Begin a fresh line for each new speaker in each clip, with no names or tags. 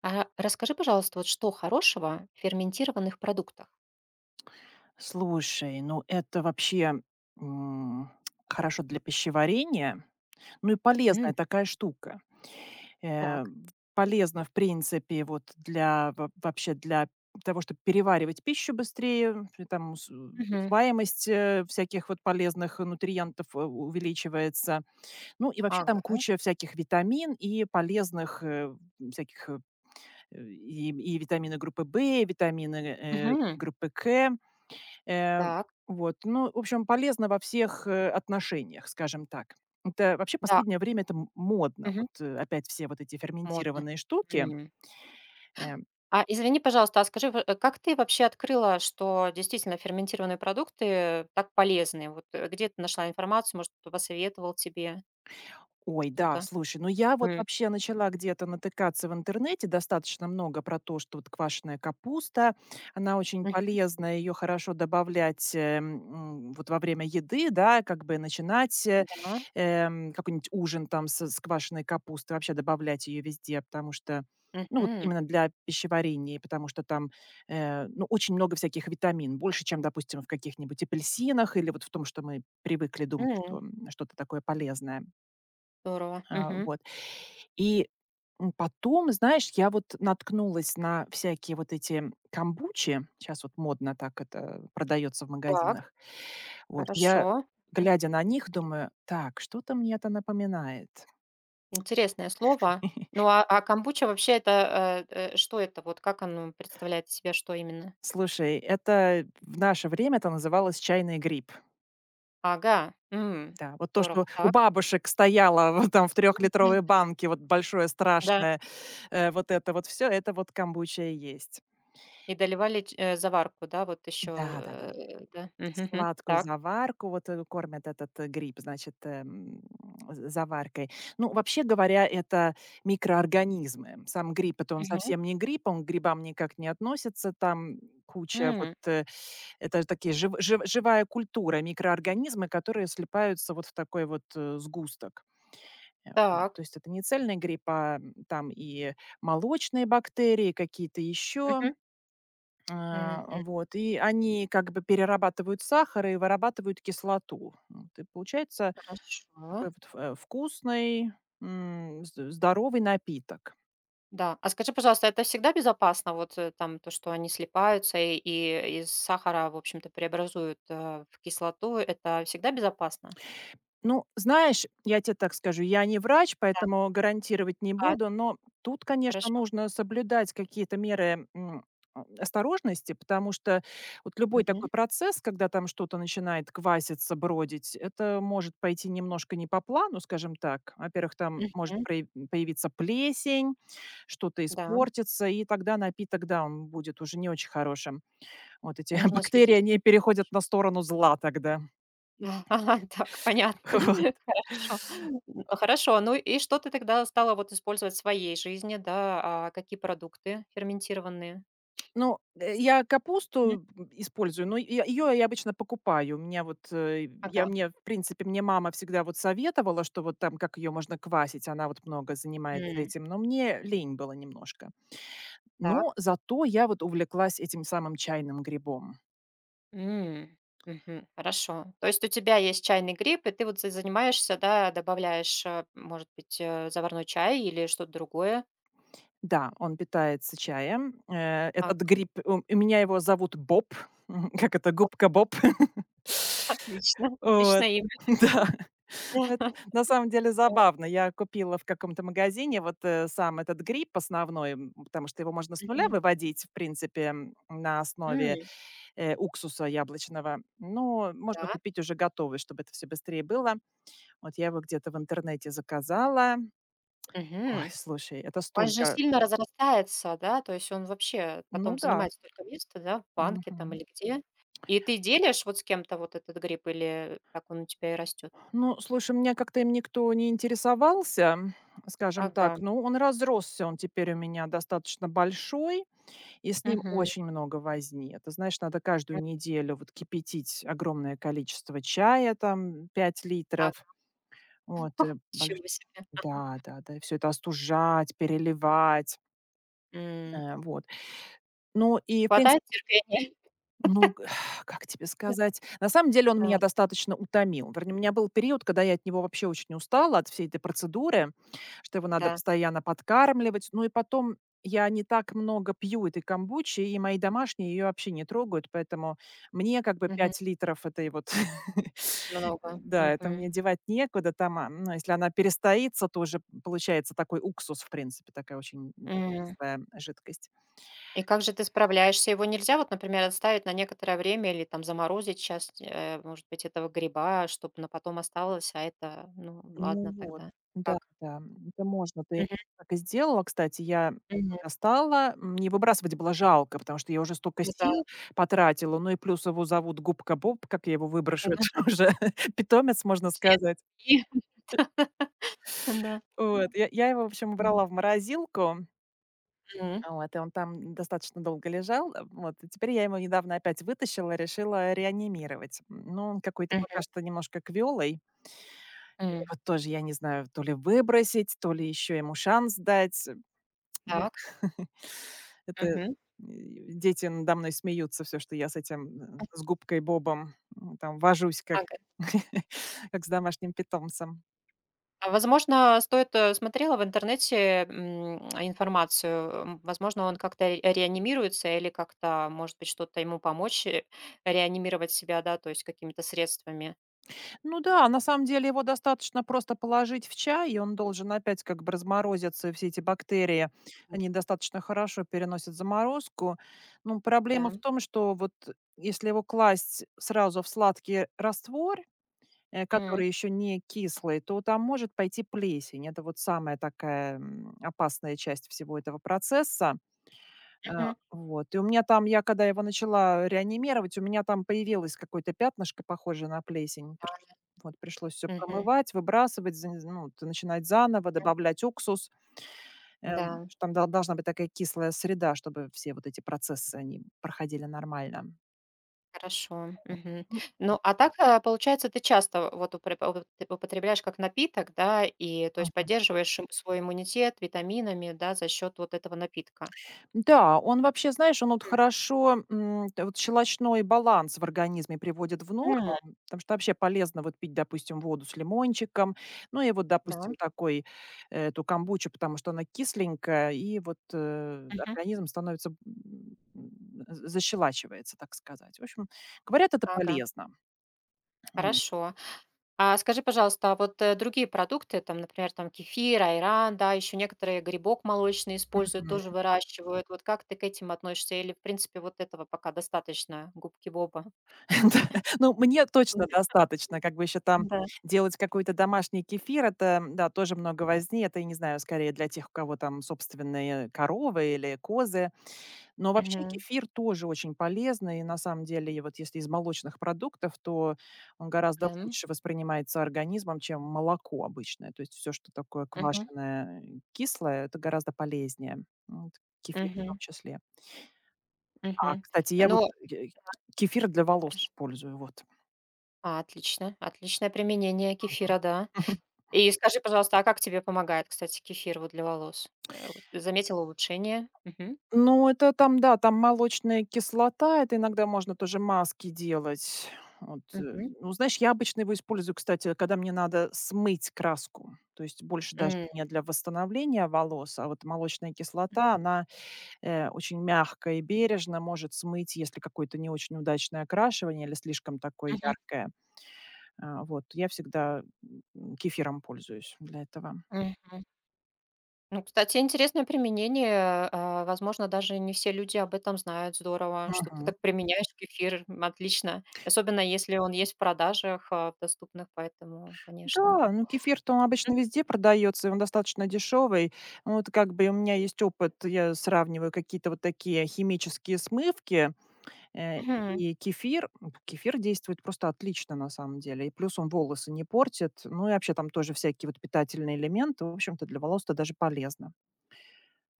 А расскажи, пожалуйста, вот что хорошего в ферментированных продуктах?
Слушай, ну это вообще, м, хорошо для пищеварения, ну и
М,
полезная такая штука.
так.
Э, полезно, в принципе, вот для во вообще для того, чтобы переваривать пищу быстрее, и там ус
Мгм.
усваиваемость, всяких вот полезных нутриентов, увеличивается. Ну и вообще
Ага.
там куча всяких витамин и полезных, всяких, и витамины группы В, витамины,
Мгм.
группы К. Э,
Так.
ну, в общем, полезно во всех, отношениях, скажем так. Это вообще
Да.
последнее время это модно.
Мгм.
Опять все вот эти
Модно.
ферментированные штуки,
М.
э
А извини, пожалуйста, а скажи, в как ты вообще открыла, что действительно ферментированные продукты так полезны? Вот, где ты нашла информацию? Может, кто посоветовал тебе
да,
что-то?
слушай, ну я вот
М.
вообще начала где-то натыкаться в интернете достаточно много про то, что вот квашеная капуста, она очень
Мгм.
полезна, ее хорошо добавлять вот во время еды, да, как бы начинать э,
Да.
эм, какой-нибудь ужин там с квашеной капустой, вообще добавлять ее везде, потому что, ну вот
Мгм.
именно для пищеварения, потому что там, очень много всяких витамин, больше, чем, допустим, в каких-нибудь апельсинах или вот в том, что мы привыкли думать,
М.
что что-то такое полезное.
Здорово.
А,
Мгм.
вот. И, Потом, знаешь, я вот наткнулась на всякие вот эти камбучи. Сейчас вот модно так это продается в
Так.
магазинах. Вот. Я,
Хорошо.
глядя на них, думаю: "Так, что-то мне это напоминает".
Интересное слово. Ну, а камбуча вообще это, что это вот? Как оно представляет из себя, что именно?
Слушай, это в наше время это называлось чайный гриб.
Ага, м,
Да, вот то,
здорово.
что у
Так.
бабушек стояло вот там в
Мгм.
трехлитровой банке, вот большое
Да.
страшное, вот это вот все, это вот камбуча и есть.
И доливали заварку, да, вот еще,
Да-да-да.
да? Мгм,
Сладкую
так.
заварку, кормят этот, гриб, значит, з заваркой. Ну, вообще говоря, это микроорганизмы. Сам гриб - это он
Мгм.
совсем не гриб, он к грибам никак не относится. Там куча
М,
это такие живая культура, микроорганизмы, которые слипаются вот в такой сгусток. Э,
так.
То есть это не цельный гриб, а там и молочные бактерии, какие-то еще.
Мгм. Мгм.
И они как бы перерабатывают сахар и вырабатывают кислоту. Вот, и получается
Хорошо.
такой вот ф э, вкусный, м, зд здоровый напиток.
Да. А скажи, пожалуйста, это всегда безопасно, вот, там то, что они слипаются и из сахара, в общем-то, преобразуют, в кислоту? Это всегда безопасно?
Ну, знаешь, я тебе так скажу, я не врач,
Да.
поэтому гарантировать не
А,
буду, но тут, конечно,
хорошо.
нужно соблюдать какие-то меры осторожности, потому что вот любой такой процесс, когда там что-то начинает кваситься, бродить, это может пойти немножко не по плану, скажем так. Во-первых, там может
Мгм.
прояв появиться плесень, что-то
Да,
испортится, и тогда напиток, да, он будет уже не очень хорошим. Вот эти
нужно
бактерии,
следить.
они переходят на сторону зла тогда.
Да, ага, так, понятно. Хорошо. М, хорошо. Ну и что ты тогда стала вот использовать в своей жизни, да? А какие продукты ферментированные?
Я
Мгм.
капусту, использую, но я ее я обычно покупаю. У меня вот, э, я
Ага.
мне, в принципе, мне мама всегда вот советовала, что вот там как ее можно квасить, она вот много занимается
М,
этим, но мне лень было немножко.
так.
Но зато я вот увлеклась этим самым чайным грибом.
М, мгм. Хорошо. То есть у тебя есть чайный гриб, и ты вот за занимаешься, да, добавляешь, может быть, заварной чай или что-то другое?
Да, он питается чаем.
А,
Этот гриб, у меня его зовут Боб, как это,
о,
губка Боб.
отлично,
Вот.
отличное имя.
Да. Ну, это на самом деле
Так,
забавно. Я купила в каком-то магазине сам этот гриб основной, потому что его можно с нуля
мгм.
выводить, в принципе, на основе,
М,
э, уксуса яблочного. Но можно
да.
купить уже готовый, чтобы это все быстрее было. Вот я его где-то в интернете заказала. Ой,
Мгм.
слушай, это
Он же
столько.
сильно разрастается, да, то есть он вообще потом
Ну да.
занимает столько места, да, в банке там
Мгм.
или где. И ты делишь вот с кем-то вот этот гриб или так он у тебя и растет?
Ну, слушай, меня как-то им никто не интересовался, скажем
Ага.
так. Ну, он разросся, он теперь у меня достаточно большой. И с ним
Мгм.
очень много возни. Это, знаешь, надо
М,
каждую неделю вот кипятить огромное количество чая, там 5 литров.
ага.
Вот, э, больш
Ничего себе.
Да, да, да. Все это остужать, переливать,
М.
э, вот. Ну и, в принципе.
Хватает терпения?
Ну, г как тебе сказать? На самом деле он
Да,
меня достаточно утомил. Вернее, у меня был период, когда я от него вообще очень устала, от всей этой процедуры, что его надо
да.
постоянно подкармливать. Ну и потом я не так много пью этой камбучи, и мои домашние ее вообще не трогают, поэтому мне как бы
Мгм.
5 литров этой вот
Много.
да, это
Мгм.
мне девать некуда. Ну, если она перестоится, то уже получается такой уксус, в принципе, такая очень
М.
кислая жидкость.
И как же ты справляешься? Его нельзя вот, например, отставить на некоторое время или там заморозить часть, может быть, этого гриба, чтобы на потом осталось, а это, ну,
Ну
ладно
вот,
тогда. Как?
да, да, это можно. Ты
Мгм.
так и сделала, кстати. Я
Мгм.
его достала. Не выбрасывать было жалко, потому что я уже столько
Ну да,
сил потратила. Ну и плюс его зовут Губка Боб, как я его выброшу, это
да.
уже питомец, можно
Член
сказать.
семьи. Да, да.
Я его, в общем,
М.
убрала в морозилку,
Мгм.
вот, и он там достаточно долго лежал. Вот, и теперь я его недавно опять вытащила, решила реанимировать. Но он какой-то
Мгм.
пока что немножко квелый. И вот тоже, я не знаю, то ли выбросить, то ли еще ему шанс дать. Ну,
Так.
это, э,
Мгм.
и дети надо мной смеются, все, что я с этим, с губкой Бобом, там вожусь, как
Ага.
как с домашним питомцем.
А, возможно, стоит, смотрела в интернете, информацию, возможно, он как-то ре реанимируется или как-то, может быть, что-то ему помочь, реанимировать себя, да, то есть какими-то средствами.
Ну да, на самом деле его достаточно просто положить в чай, и он должен опять как бы разморозиться, и все эти бактерии, они достаточно хорошо переносят заморозку. Ну, проблема в
Да.
том, что вот если его класть сразу в сладкий раствор,
М.
который еще не кислый, то там может пойти плесень. Это вот самая такая опасная часть всего этого процесса. Э,
Мгм.
И у меня там, я когда его начала реанимировать, у меня там появилось какое-то пятнышко, похожее на плесень. Приш
Да.
Вот пришлось все
Мгм.
промывать, выбрасывать, за ну, т начинать заново, добавлять уксус.
Да.
Что там дол Должна быть такая кислая среда, чтобы все вот эти процессы, они проходили нормально.
Хорошо,
Вот.
мгм.
М.
Ну, а так, а, получается, ты часто вот упре вот ты употребляешь как напиток, да, и то есть
Мгм.
поддерживаешь им свой иммунитет витаминами, да, за счет вот этого напитка.
Да, он вообще, знаешь, он вот хорошо, м, т вот щелочной баланс в организме приводит в
Мгм.
норму, потому что вообще полезно вот пить, допустим, воду с лимончиком, ну и вот,
Да.
допустим, эту камбучу, потому что она кисленькая, и
Мгм.
организм становится, защелачивается, так сказать. В общем, говорят, это
Ага.
полезно. М.
Хорошо. А скажи, пожалуйста, а вот, другие продукты, там, например, там кефир, айран, да, еще некоторые грибок молочный используют, тоже выращивают. Вот как ты к этим относишься? Или, в принципе, вот этого пока достаточно, губки Боба?
Да. Ну, мне точно
Да.
достаточно. Как бы еще там
Да.
делать какой-то домашний кефир - это, да, тоже много возни. Это, я не знаю, скорее для тех, у кого там собственные коровы или козы. Но вообще
Мгм.
кефир тоже очень полезный. И на самом деле, и вот если из молочных продуктов, то он гораздо
Да.
лучше воспринимается организмом, чем молоко обычное. То есть все, что такое
Мгм.
квашеное, кислое - это гораздо полезнее. Вот кефир в том
Мгм.
числе. А,
Мгм.
кстати, я
Ну,
э, кефир для волос
хорошо.
использую, вот.
А, отлично, отличное применение кефира, да. И скажи, пожалуйста, а как тебе помогает, кстати, кефир вот для волос? Вот ты заметила улучшение? Мгм.
Ну, это там, да, там молочная кислота, это иногда можно тоже маски делать. Вот, э,
Мгм.
ну, знаешь, я обычно его использую, кстати, когда мне надо смыть краску. То есть больше даже
М,
не для восстановления волос, а вот молочная кислота, она очень мягко и бережно может смыть, если какое-то не очень удачное окрашивание или слишком такое яркое. Я всегда кефиром пользуюсь для этого.
мгм, мгм. Ну, кстати, интересное применение. А, возможно, даже не все люди об этом знают. Здорово, что ты
Мгм.
так применяешь кефир. М, отлично. Особенно если он есть в продажах, а, в доступных, поэтому, конечно.
Да, ну, кефир-то он обычно
М,
везде продается, и он достаточно дешевый. Вот как бы у меня есть опыт, я сравниваю какие-то вот такие химические смывки, э,
мгм.
и кефир. Кефир действует просто отлично на самом деле. И плюс он волосы не портит. Ну и вообще там тоже всякие вот питательные элементы. В общем-то, для волос-то даже полезно.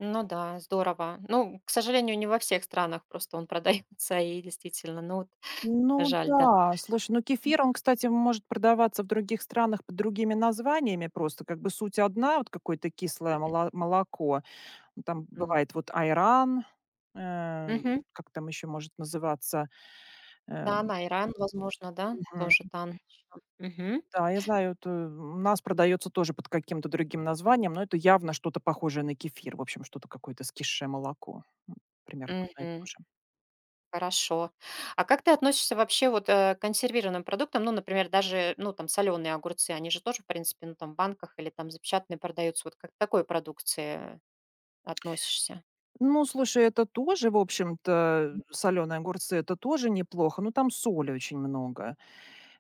Ну да, здорово. Ну, к сожалению, не во всех странах просто он продается, и действительно, ну вот
Ну
жаль, да.
да, слушай, ну кефир, он, кстати, может продаваться в других странах под другими названиями просто. Как бы суть одна, вот какое-то кислое мало молоко. Ну, там
М.
бывает вот айран, э,
Мгм.
как там еще может называться, э,
Да, на Иран, возможно, да, тоже
Мгм.
там. Мгм.
Да, я знаю, это у нас продается тоже под каким-то другим названием, но это явно что-то похожее на кефир, в общем, что-то какое-то скисшее молоко. М, Примерно одно и то
Мгм.
же.
Хорошо. А как ты относишься вообще вот, к консервированным продуктам? Ну, например, даже, ну, там соленые огурцы, они же тоже, в принципе, ну, там в банках или там запечатанные продаются. Вот как к такой продукции относишься?
Ну, слушай, это тоже, в общем-то, соленые огурцы - это тоже неплохо, но там соли очень много.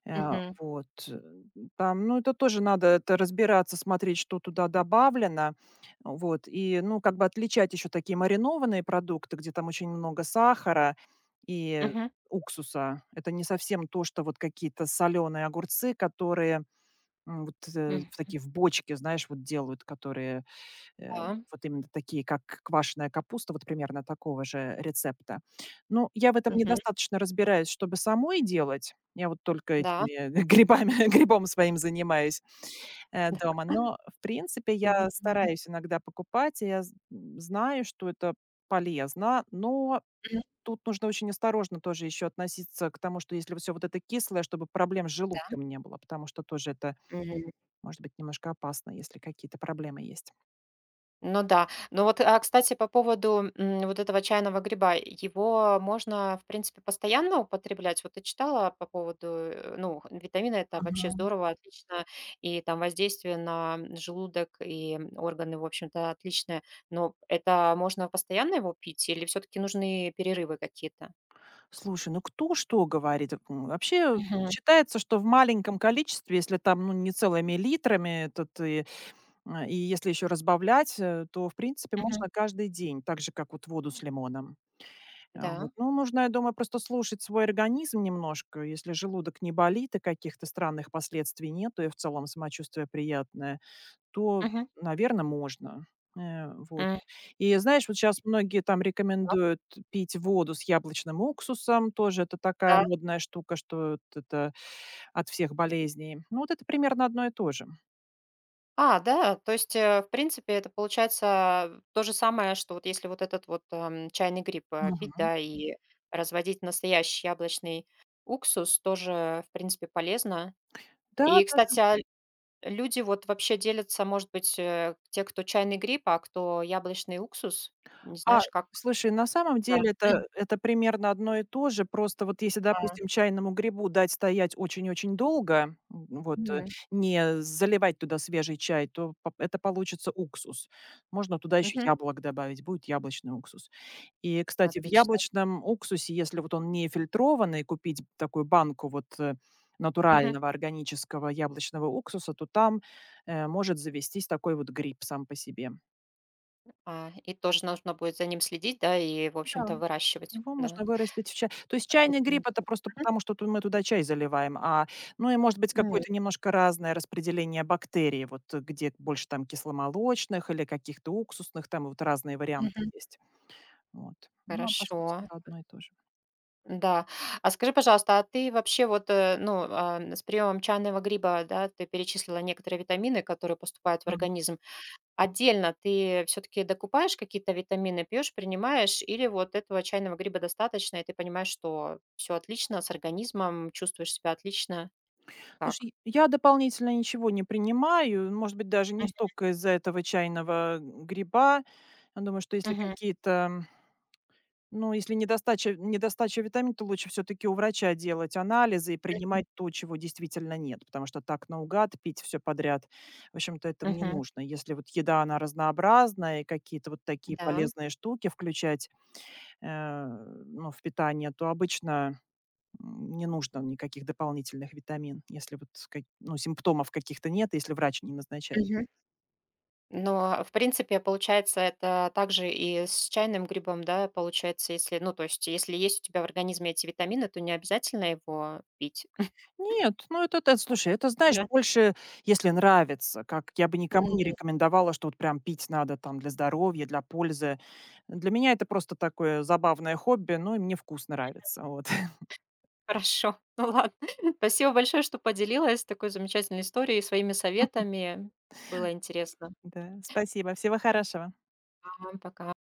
Э,
Мгм.
вот, э, это тоже надо разбираться, смотреть, что туда добавлено. Вот, и, ну, как бы отличать еще такие маринованные продукты, где там очень много сахара и
Мгм.
уксуса. Это не совсем то, что вот какие-то соленые огурцы, которые,
Мгм.
в такие в бочке, знаешь, вот делают, которые. Э,
Да.
вот именно такие, как квашеная капуста, вот примерно такого же рецепта. Ну, я в этом
Мгм.
недостаточно разбираюсь, чтобы самой делать. Я вот только
Да.
этими грибами, грибом своим занимаюсь, дома. Но, в принципе,
Мгм.
я
Мгм.
стараюсь иногда покупать, и я з знаю, что это полезно, но тут нужно очень осторожно тоже еще относиться к тому, что если все вот это кислое, чтобы проблем с
Да.
желудком не было, потому что тоже это может быть немножко опасно, если какие-то проблемы есть.
Ну да. Ну вот, а, кстати, по поводу, вот этого чайного гриба. Его можно, в принципе, постоянно употреблять? Вот ты читала по поводу, ну, витамина это вообще
Мгм.
здорово, отлично, и там воздействие на желудок и органы, в общем-то, отличное. Но это можно постоянно его пить или все таки нужны перерывы какие-то?
Слушай, ну кто что говорит? Вообще
Мгм,
считается, что в маленьком количестве, если там ну, не целыми литрами, то и если еще разбавлять, то, в принципе,
мгм.
можно каждый день, так же, как вот воду с лимоном. Вот.
Да.
Ну, нужно, я думаю, просто слушать свой организм немножко. Если желудок не болит и каких-то странных последствий нет, и в целом самочувствие приятное, то,
Мгм.
наверное, можно. Э, вот.
М.
И знаешь, вот сейчас многие там рекомендуют пить воду с яблочным уксусом. Тоже это такая
Да.
модная штука, что вот это от всех болезней. Ну, вот это примерно одно и то же.
А, да, то есть, в принципе, это получается то же самое, что вот если вот этот вот, чайный гриб, пить,
Мгм.
да, и разводить настоящий яблочный уксус, тоже, в принципе, полезно.
Да,
И,
да.
кстати, а, люди вот вообще делятся, может быть, те, кто чайный гриб, а кто яблочный уксус. Не
А,
знаешь, как?
Слушай, на самом
Да.
деле это примерно одно и то же. Просто вот если,
Да.
допустим, чайному грибу дать стоять очень-очень долго,
Мгм.
не заливать туда свежий чай, то п это получится уксус. Можно туда еще
Мгм.
яблок добавить, будет яблочный уксус. И, кстати, в
Отлично.
яблочном уксусе, если вот он не фильтрованный, купить такую банку
Мгм.
натурального органического яблочного уксуса, то там может завестись такой вот гриб сам по себе.
А, и тоже нужно будет за ним следить, да, и, в
Да.
общем-то, выращивать,
Его
да,
можно вырастить в чай. То есть чайный
определенным
гриб - это
образом.
просто потому, что ту мы туда чай заливаем, ну и, может быть,
Мгм.
какое-то немножко разное распределение бактерий, где больше там кисломолочных или каких-то уксусных, там вот разные варианты
Мгм.
есть. Вот. Ну, а по сути
Хорошо,
это одно и то же.
да. А скажи, пожалуйста, а ты вообще вот, ну, а, с приемом чайного гриба, да, ты перечислила некоторые витамины, которые поступают в
Мгм.
организм. Отдельно ты все-таки докупаешь какие-то витамины, пьешь, принимаешь, или вот этого чайного гриба достаточно, и ты понимаешь, что все отлично с организмом, чувствуешь себя отлично, так?
Слушай, я дополнительно ничего не принимаю, может быть, даже не
Мгм.
столько из-за этого чайного гриба. Я думаю, что если
Мгм.
какие-то. Ну, если недостача витамин, то лучше все таки у врача делать анализы и
Мгм.
принимать то, чего действительно нет, потому что так наугад пить все подряд, в общем-то, этого не нужно. Если вот еда, она разнообразная, и какие-то вот такие
Да.
полезные штуки включать, э, ну, в питание, то обычно, не нужно никаких дополнительных витамин, если вот, ка ну, симптомов каких-то нет, если врач не назначает.
Но, в принципе, получается, это также и с чайным грибом, да, получается, если, ну, то есть, если есть у тебя в организме эти витамины, то не обязательно его пить.
Нет, ну это, слушай, это, знаешь,
Да.
больше, если нравится, как я бы никому не
М,
рекомендовала, что вот прям пить надо там для здоровья, для пользы. Для меня это просто такое забавное хобби, ну и мне вкус нравится. Вот.
хорошо, ну ладно. Спасибо большое, что поделилась такой замечательной историей, своими советами. Было интересно.
Да, спасибо. Всего хорошего.
Ага, пока.